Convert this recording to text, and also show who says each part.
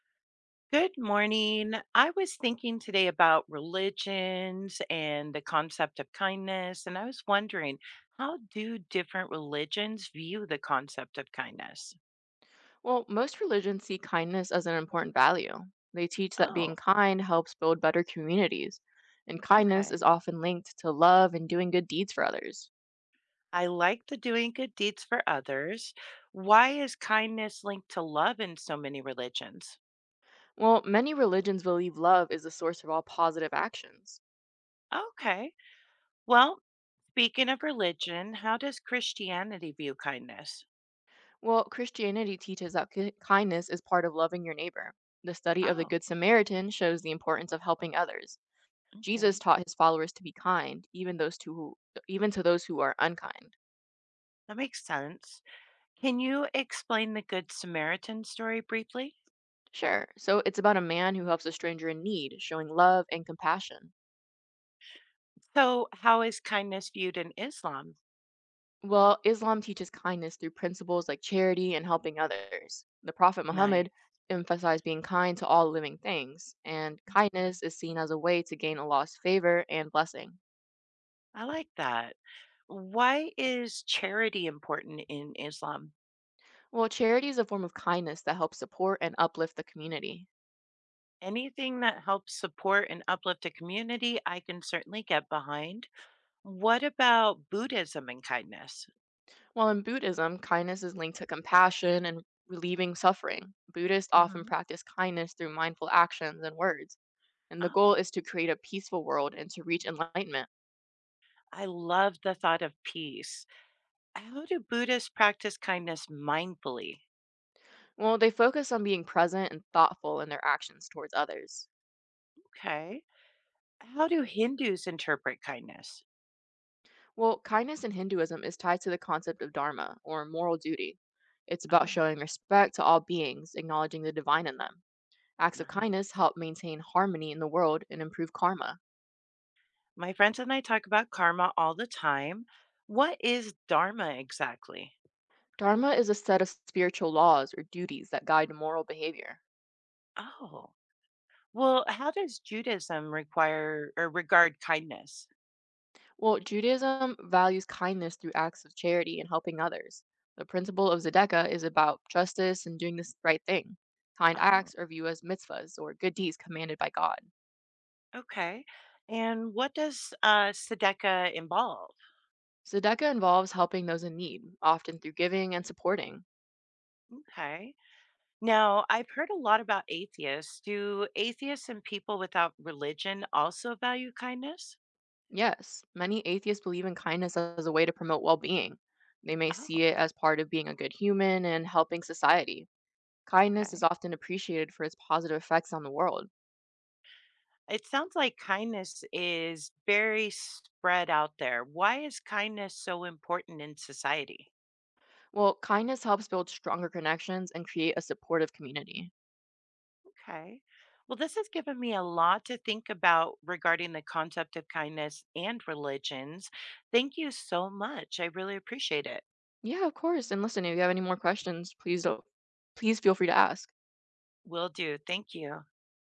Speaker 1: Good morning. I was thinking today about religions and the concept of kindness, and I was wondering, how do different religions view the concept of kindness?
Speaker 2: Well, most religions see kindness as an important value. They teach that being
Speaker 1: Oh,
Speaker 2: kind helps build better communities, and kindness
Speaker 1: okay.
Speaker 2: is often linked to love and doing good deeds for others.
Speaker 1: I like the doing good deeds for others. Why is kindness linked to love in so many religions?
Speaker 2: Well, many religions believe love is the source of all positive actions.
Speaker 1: Okay. Well, speaking of religion, how does Christianity view kindness?
Speaker 2: Well, Christianity teaches that kindness is part of loving your neighbor. The study of the
Speaker 1: Oh,
Speaker 2: Good Samaritan shows the importance of helping others. Jesus
Speaker 1: okay.
Speaker 2: taught his followers to be kind, even to those who are unkind.
Speaker 1: That makes sense. Can you explain the Good Samaritan story briefly?
Speaker 2: Sure. So it's about a man who helps a stranger in need, showing love and compassion.
Speaker 1: So, how is kindness viewed in Islam?
Speaker 2: Well, Islam teaches kindness through principles like charity and helping others. The Prophet
Speaker 1: Nice.
Speaker 2: Muhammad emphasized being kind to all living things, and
Speaker 1: Okay.
Speaker 2: kindness is seen as a way to gain Allah's favor and blessing.
Speaker 1: I like that. Why is charity important in Islam?
Speaker 2: Well, charity is a form of kindness that helps support and uplift the community.
Speaker 1: Anything that helps support and uplift a community, I can certainly get behind. What about Buddhism and kindness?
Speaker 2: While in Buddhism, kindness is linked to compassion and relieving suffering. Buddhists often
Speaker 1: Hmm.
Speaker 2: practice kindness through mindful actions and words, and the goal
Speaker 1: Oh,
Speaker 2: is to create a peaceful world and to reach enlightenment.
Speaker 1: I love the thought of peace. How do Buddhists practice kindness mindfully?
Speaker 2: Well, they focus on being present and thoughtful in their actions towards others.
Speaker 1: Okay. How do Hindus interpret kindness?
Speaker 2: Well, kindness in Hinduism is tied to the concept of dharma, or moral duty. It's about
Speaker 1: Oh.
Speaker 2: showing respect to all beings, acknowledging the divine in them. Acts of kindness
Speaker 1: Nice.
Speaker 2: help maintain harmony in the world and improve karma.
Speaker 1: My friends and I talk about karma all the time. What is dharma exactly?
Speaker 2: Dharma is a set of spiritual laws or duties that guide moral behavior.
Speaker 1: Oh, well, how does Judaism require or regard kindness?
Speaker 2: Well, Judaism values kindness through acts of charity and helping others. The principle of Zedekah is about justice and doing the right thing. Kind
Speaker 1: Oh,
Speaker 2: acts are viewed as mitzvahs or good deeds commanded by God.
Speaker 1: okay. And what does tzedakah involve?
Speaker 2: Zedekah involves helping those in need, often through giving and supporting.
Speaker 1: Okay. Now, I've heard a lot about atheists. Do atheists and people without religion also value kindness?
Speaker 2: Yes, many atheists believe in kindness as a way to promote well being. They may see
Speaker 1: Oh,
Speaker 2: it as part of being a good human and helping society. Kindness is
Speaker 1: okay.
Speaker 2: often appreciated for its positive effects on the world.
Speaker 1: It sounds like kindness is very spread out there. Why is kindness so important in society?
Speaker 2: Well, kindness helps build stronger connections and create a supportive community.
Speaker 1: Okay. Well, this has given me a lot to think about regarding the concept of kindness and religions. Thank you so much. I really appreciate it.
Speaker 2: Yeah, of course. And listen, if you have any more questions, please don't please feel free to ask.
Speaker 1: Will do. Thank you.